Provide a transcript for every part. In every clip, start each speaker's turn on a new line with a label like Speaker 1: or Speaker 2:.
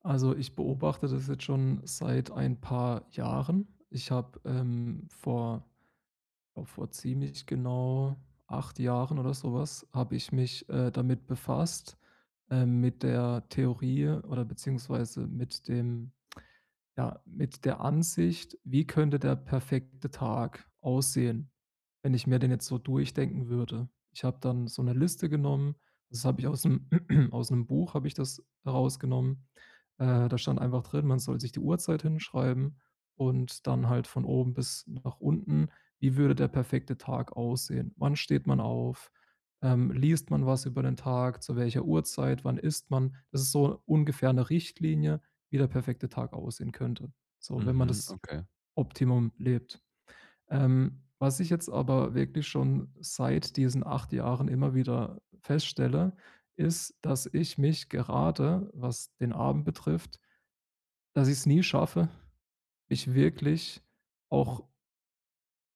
Speaker 1: Also, ich beobachte das jetzt schon seit ein paar Jahren. Ich habe, vor glaube, vor ziemlich genau 8 Jahren oder sowas habe ich mich, damit befasst, mit der Theorie oder beziehungsweise mit dem ja, mit der Ansicht, wie könnte der perfekte Tag aussehen, wenn ich mir den jetzt so durchdenken würde. Ich habe dann so eine Liste genommen, das habe ich aus einem aus 'nem Buch habe ich das rausgenommen. Da stand einfach drin, man soll sich die Uhrzeit hinschreiben und dann halt von oben bis nach unten, wie würde der perfekte Tag aussehen? Wann steht man auf? Liest man was über den Tag? Zu welcher Uhrzeit? Wann isst man? Das ist so ungefähr eine Richtlinie, wie der perfekte Tag aussehen könnte, so wenn man
Speaker 2: Mhm,
Speaker 1: das
Speaker 2: okay.
Speaker 1: Optimum lebt. Was ich jetzt aber wirklich schon seit diesen 8 Jahren immer wieder feststelle, ist, dass ich mich gerade, was den Abend betrifft, dass ich es nie schaffe, mich wirklich, auch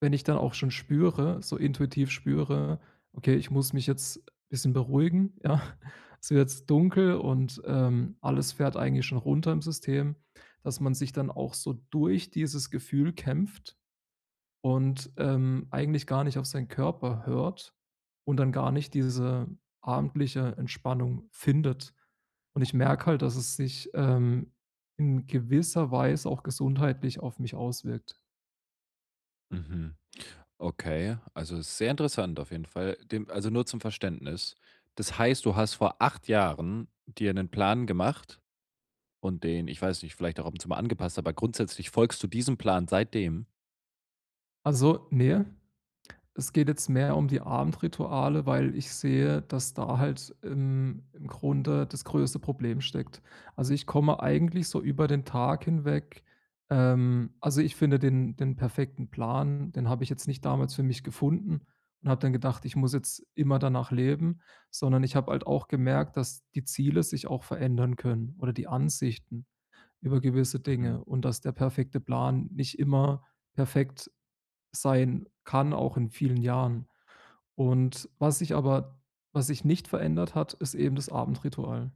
Speaker 1: wenn ich dann auch schon spüre, so intuitiv spüre: „Okay, ich muss mich jetzt ein bisschen beruhigen“, ja? Es wird jetzt dunkel und, alles fährt eigentlich schon runter im System, dass man sich dann auch so durch dieses Gefühl kämpft und, eigentlich gar nicht auf seinen Körper hört und dann gar nicht diese abendliche Entspannung findet. Und ich merke halt, dass es sich, in gewisser Weise auch gesundheitlich auf mich auswirkt.
Speaker 2: Mhm. Okay, also ist sehr interessant auf jeden Fall. Dem, also nur zum Verständnis. Das heißt, du hast vor 8 Jahren dir einen Plan gemacht und den, ich weiß nicht, vielleicht auch ab und zu mal angepasst, aber grundsätzlich folgst du diesem Plan seitdem.
Speaker 1: Also nee. Es geht jetzt mehr um die Abendrituale, weil ich sehe, dass da halt im Grunde das größte Problem steckt. Also, ich komme eigentlich so über den Tag hinweg, also, ich finde den perfekten Plan, den habe ich jetzt nicht damals für mich gefunden und habe dann gedacht, ich muss jetzt immer danach leben, sondern ich habe halt auch gemerkt, dass die Ziele sich auch verändern können oder die Ansichten über gewisse
Speaker 2: Mhm.
Speaker 1: Dinge und dass der perfekte Plan nicht immer perfekt sein kann, auch in vielen Jahren. Und was sich aber, was sich nicht verändert hat, ist eben das Abendritual.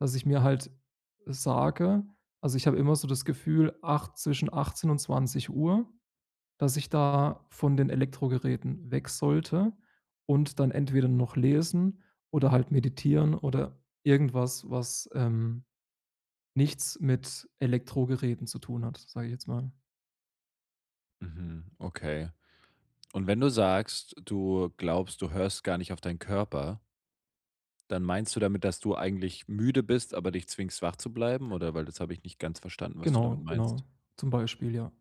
Speaker 1: Dass ich mir halt sage, also, ich habe immer so das Gefühl, acht zwischen 18 und zwanzig Uhr, dass ich da von den Elektrogeräten weg sollte und dann entweder noch lesen oder halt meditieren oder irgendwas, was, nichts mit Elektrogeräten zu tun hat, sage ich jetzt mal.
Speaker 2: Mhm. Okay. Und wenn du sagst, du glaubst, du hörst gar nicht auf deinen Körper, dann meinst du damit, dass du eigentlich müde bist, aber dich zwingst, wach zu bleiben? Oder weil das habe ich nicht ganz verstanden, was du damit
Speaker 1: Genau, genau.
Speaker 2: meinst.
Speaker 1: Zum Beispiel, ja.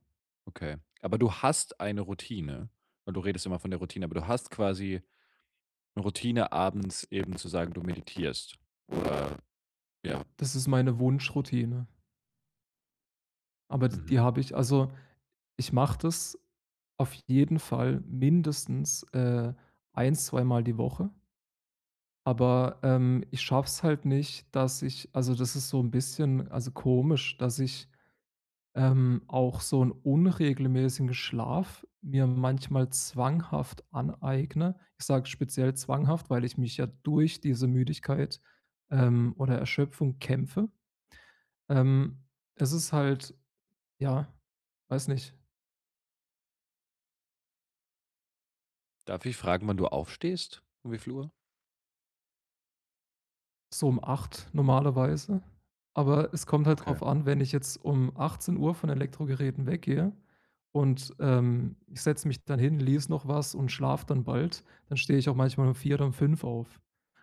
Speaker 2: Okay. Aber du hast eine Routine, weil du redest immer von der Routine, aber du hast quasi eine Routine, abends eben zu sagen, du meditierst oder ja,
Speaker 1: Das ist meine Wunschroutine, aber d
Speaker 2: mhm.
Speaker 1: die habe ich, also, ich mache das auf jeden Fall mindestens, ein zweimal die Woche, aber, ich schaffe es halt nicht, dass ich, also, das ist so ein bisschen, also, komisch, dass ich, auch so einen unregelmäßigen Schlaf mir manchmal zwanghaft aneigne. Ich sage speziell zwanghaft, weil ich mich ja durch diese Müdigkeit, oder Erschöpfung kämpfe. Ähm, Es ist halt. Ja, weiß nicht.
Speaker 2: Darf ich fragen, wann du aufstehst? Um wie viel Uhr?
Speaker 1: So um 8 normalerweise. Aber es kommt halt
Speaker 2: Okay,
Speaker 1: drauf an, wenn ich jetzt um achtzehn Uhr von Elektrogeräten weggehe und, ich setze mich dann hin, lese noch was und schlafe dann bald, dann stehe ich auch manchmal um 4 oder um 5 auf.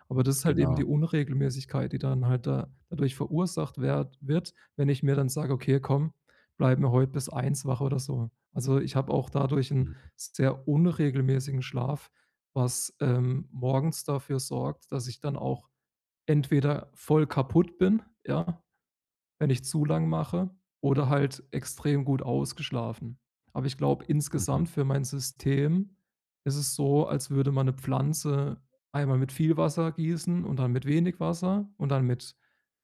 Speaker 1: Aber das ist halt eben die
Speaker 2: genau.
Speaker 1: Unregelmäßigkeit, die dann halt da dadurch verursacht werd wird, wenn ich mir dann sage: „Okay, komm, bleib mir heute bis eins wach“ oder so. Also, ich habe auch dadurch einen
Speaker 2: Mhm,
Speaker 1: sehr unregelmäßigen Schlaf, was, morgens dafür sorgt, dass ich dann auch entweder voll kaputt bin, ja, wenn ich zu lang mache, oder halt extrem gut ausgeschlafen. Aber ich glaube,
Speaker 2: mhm,
Speaker 1: insgesamt für mein System ist es so, als würde man eine Pflanze einmal mit viel Wasser gießen und dann mit wenig Wasser und dann mit,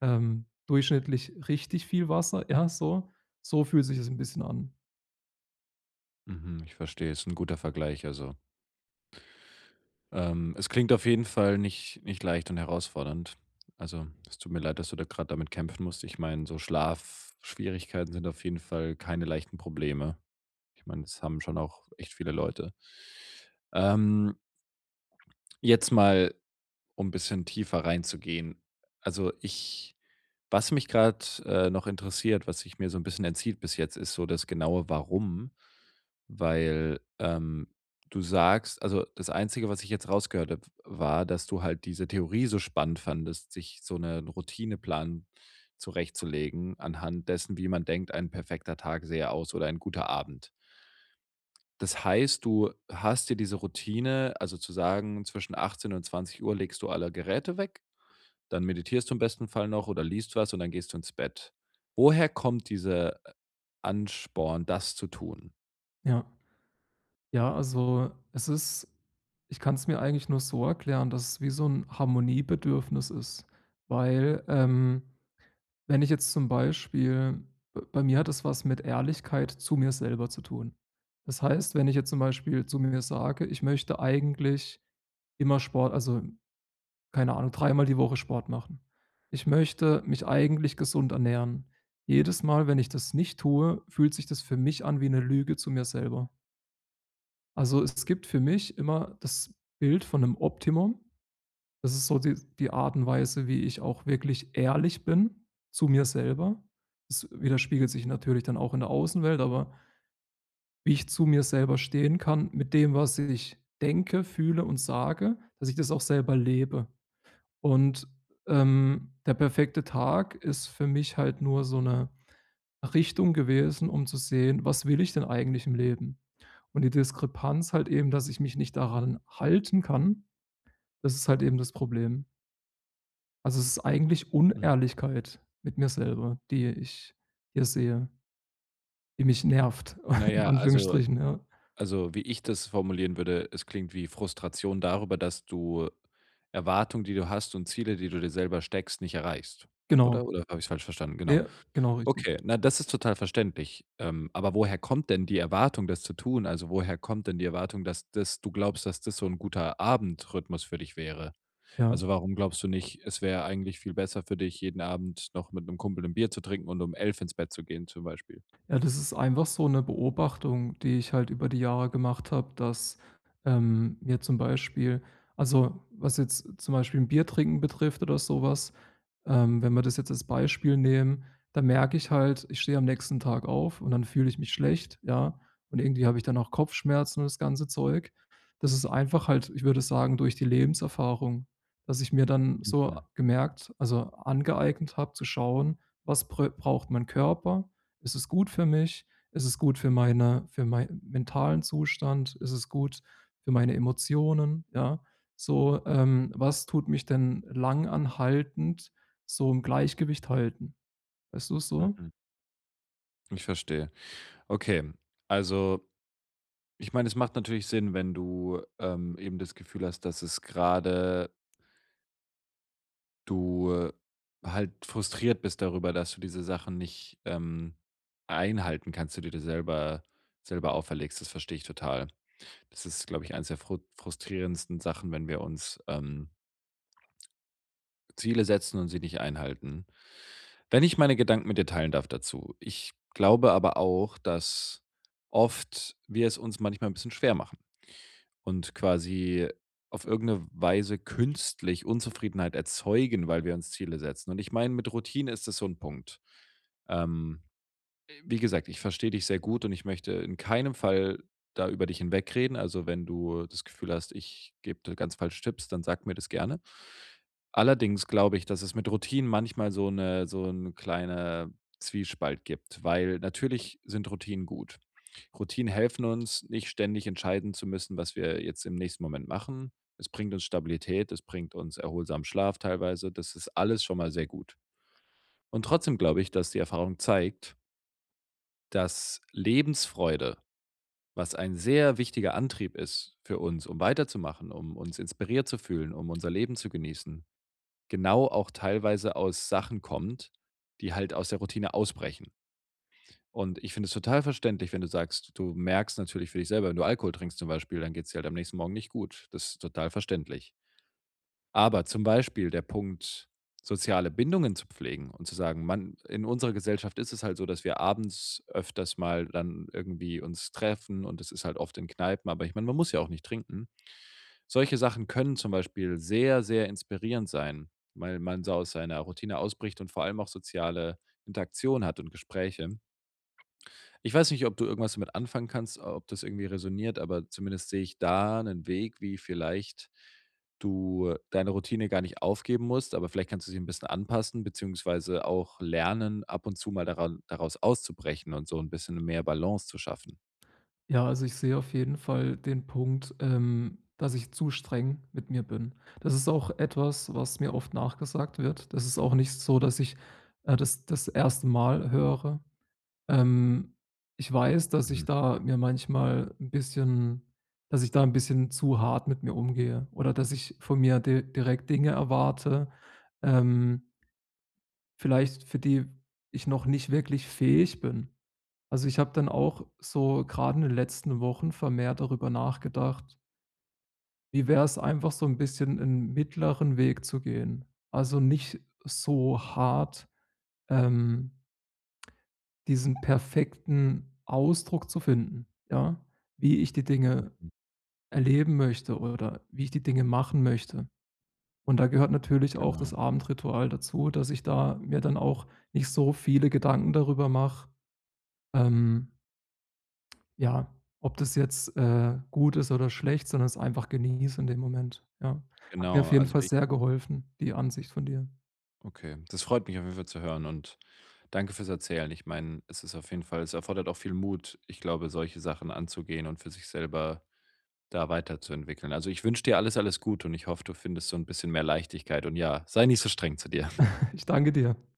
Speaker 1: durchschnittlich richtig viel Wasser, ja, so. So fühlt sich es ein bisschen an.
Speaker 2: mhm, ich verstehe. Ist ein guter Vergleich, also, es klingt auf jeden Fall nicht leicht und herausfordernd. Also, es tut mir leid, dass du da gerade damit kämpfen musst. Ich meine, so Schlafschwierigkeiten sind auf jeden Fall keine leichten Probleme. Ich meine, das haben schon auch echt viele Leute. Ähm, jetzt mal, um ein bisschen tiefer reinzugehen. Also, ich was mich gerade noch interessiert, was sich mir so ein bisschen entzieht bis jetzt, ist so das genaue Warum, weil, du sagst also, das Einzige, was ich jetzt rausgehört habe, war, dass du halt diese Theorie so spannend fandest, sich so 'nen Routineplan zurechtzulegen anhand dessen, wie man denkt, ein perfekter Tag sähe aus oder ein guter Abend. Das heißt, du hast dir diese Routine, also zu sagen, zwischen 18 und 20 Uhr legst du alle Geräte weg, dann meditierst du im besten Fall noch oder liest was und dann gehst du ins Bett. Woher kommt diese Ansporn, das zu tun?
Speaker 1: Ja. Ja, also, es ist, ich kann es mir eigentlich nur so erklären, dass es wie so ein Harmoniebedürfnis ist, weil, wenn ich jetzt zum Beispiel b bei mir hat es was mit Ehrlichkeit zu mir selber zu tun. Das heißt, wenn ich jetzt zum Beispiel zu mir sage, ich möchte eigentlich immer Sport, also, keine Ahnung, dreimal die Woche Sport machen. Ich möchte mich eigentlich gesund ernähren. Jedes Mal, wenn ich das nicht tue, fühlt sich das für mich an wie eine Lüge zu mir selber. Also, es gibt für mich immer das Bild von einem Optimum, das ist so die Art und Weise, wie ich auch wirklich ehrlich bin zu mir selber. Das widerspiegelt sich natürlich dann auch in der Außenwelt, aber wie ich zu mir selber stehen kann mit dem, was ich denke, fühle und sage, dass ich das auch selber lebe. Und, der perfekte Tag ist für mich halt nur so eine Richtung gewesen, um zu sehen: „Was will ich denn eigentlich im Leben?“ Und die Diskrepanz halt eben, dass ich mich nicht daran halten kann, das ist halt eben das Problem. Also, es ist eigentlich
Speaker 2: Mhm.
Speaker 1: Unehrlichkeit mit mir selber, die ich hier sehe, die mich nervt,
Speaker 2: Na
Speaker 1: in
Speaker 2: ja, also
Speaker 1: Anführungsstrichen, ja.
Speaker 2: also, wie ich das formulieren würde, es klingt wie Frustration darüber, dass du Erwartungen, die du hast und Ziele, die du dir selber steckst, nicht erreichst, oder?
Speaker 1: Genau.
Speaker 2: Oder habe ich's falsch verstanden? Genau.
Speaker 1: Ne, genau richtig.
Speaker 2: Okay, na, das ist total verständlich. Aber woher kommt denn die Erwartung, das zu tun? Also, woher kommt denn die Erwartung, dass das du glaubst, dass das so ein guter Abendrhythmus für dich wäre?
Speaker 1: Ja.
Speaker 2: Also, warum glaubst du nicht, es wäre eigentlich viel besser für dich, jeden Abend noch mit einem Kumpel ein Bier zu trinken und um 11 ins Bett zu gehen zum Beispiel?
Speaker 1: Ja, das ist einfach so eine Beobachtung, die ich halt über die Jahre gemacht habe, dass, mir zum Beispiel, also, was jetzt zum Beispiel ein Bier trinken betrifft oder so was, wenn wir das jetzt als Beispiel nehmen, dann merke ich halt, ich stehe am nächsten Tag auf und dann fühle ich mich schlecht, ja, und irgendwie habe ich dann auch Kopfschmerzen und das ganze Zeug. Das ist einfach halt, ich würde sagen, durch die Lebenserfahrung, dass ich mir dann so
Speaker 2: Mhm,
Speaker 1: gemerkt, also, angeeignet habe zu schauen, was brä braucht mein Körper, ist es gut für mich? Ist es gut für meine für meinen mentalen Zustand? Ist es gut für meine Emotionen? Ja, so, was tut mich denn langanhaltend so im Gleichgewicht halten? Weißt du es so?
Speaker 2: mhm. Ich verstehe. Okay, also, ich meine, es macht natürlich Sinn, wenn du, eben das Gefühl hast, dass es gerade du, halt frustriert bist darüber, dass du diese Sachen nicht, einhalten kannst, die du dir selber auferlegst. Das verstehe ich total. Das ist, glaube ich, eins der frustrierendsten Sachen, wenn wir uns, Ziele setzen und sie nicht einhalten. Wenn ich meine Gedanken mit dir teilen darf dazu. Ich glaube aber auch, dass oft wir es uns manchmal ein bisschen schwer machen und quasi auf irgendeine Weise künstlich Unzufriedenheit erzeugen, weil wir uns Ziele setzen. Und ich meine, mit Routine ist das so ein Punkt. Ähm, wie gesagt, ich verstehe dich sehr gut und ich möchte in keinem Fall da über dich hinwegreden. Also, wenn du das Gefühl hast, ich gebe dir ganz falsche Tipps, dann sag mir das gerne. Allerdings glaube ich, dass es mit Routinen manchmal so ein kleiner Zwiespalt gibt, weil natürlich sind Routinen gut. Routinen helfen uns, nicht ständig entscheiden zu müssen, was wir jetzt im nächsten Moment machen. Es bringt uns Stabilität, es bringt uns erholsamen Schlaf teilweise. Das ist alles schon mal sehr gut. Und trotzdem glaube ich, dass die Erfahrung zeigt, dass Lebensfreude, was ein sehr wichtiger Antrieb ist für uns, um weiterzumachen, um uns inspiriert zu fühlen, um unser Leben zu genießen, genau auch teilweise aus Sachen kommt, die halt aus der Routine ausbrechen. Und ich finde es total verständlich, wenn du sagst, du merkst natürlich für dich selber, wenn du Alkohol trinkst zum Beispiel, dann geht es dir halt am nächsten Morgen nicht gut. Das ist total verständlich. Aber zum Beispiel der Punkt, soziale Bindungen zu pflegen und zu sagen: „Man“ in unserer Gesellschaft ist es halt so, dass wir abends öfters mal dann irgendwie uns treffen und es ist halt oft in Kneipen, aber ich meine, man muss ja auch nicht trinken. Solche Sachen können zum Beispiel sehr, sehr inspirierend sein, weil man so aus seiner Routine ausbricht und vor allem auch soziale Interaktion hat und Gespräche. Ich weiß nicht, ob du irgendwas damit anfangen kannst, ob das irgendwie resoniert, aber zumindest sehe ich da einen Weg, wie vielleicht du deine Routine gar nicht aufgeben musst, aber vielleicht kannst du sie ein bisschen anpassen, beziehungsweise auch lernen, ab und zu mal daran daraus auszubrechen und so ein bisschen mehr Balance zu schaffen.
Speaker 1: Ja, also ich sehe auf jeden Fall den Punkt, dass ich zu streng mit mir bin. Das ist auch etwas, was mir oft nachgesagt wird. Das ist auch nicht so, dass ich, das erste Mal höre. Ähm, Ich weiß, dass ich
Speaker 2: Mhm,
Speaker 1: da mir manchmal ein bisschen, dass ich da ein bisschen zu hart mit mir umgehe oder dass ich von mir di direkt Dinge erwarte, ähm, vielleicht für die ich noch nicht wirklich fähig bin. Also, ich habe dann auch so gerade in den letzten Wochen vermehrt darüber nachgedacht: „Wie wäre es einfach so ein bisschen 'n mittleren Weg zu gehen?“ Also, nicht so hart, ähm diesen perfekten Ausdruck zu finden, ja, wie ich die Dinge
Speaker 2: mhm,
Speaker 1: erleben möchte oder wie ich die Dinge machen möchte. Und da gehört natürlich auch
Speaker 2: genau.
Speaker 1: das Abendritual dazu, dass ich da mir dann auch nicht so viele Gedanken darüber mache, ähm, ja, ob das jetzt, gut ist oder schlecht, sondern es einfach genieße in dem Moment, ja. Hat mir auf
Speaker 2: Genau,
Speaker 1: jeden
Speaker 2: also
Speaker 1: Fall
Speaker 2: ich
Speaker 1: sehr geholfen, die Ansicht von dir.
Speaker 2: okay, das freut mich auf jeden Fall zu hören und danke fürs Erzählen. Ich meine, es ist auf jeden Fall es erfordert auch viel Mut, ich glaube, solche Sachen anzugehen und für sich selber da weiterzuentwickeln. Also, ich wünsche dir alles, alles gut und ich hoffe, du findest so ein bisschen mehr Leichtigkeit und ja, sei nicht so streng zu dir.
Speaker 1: Ich danke dir.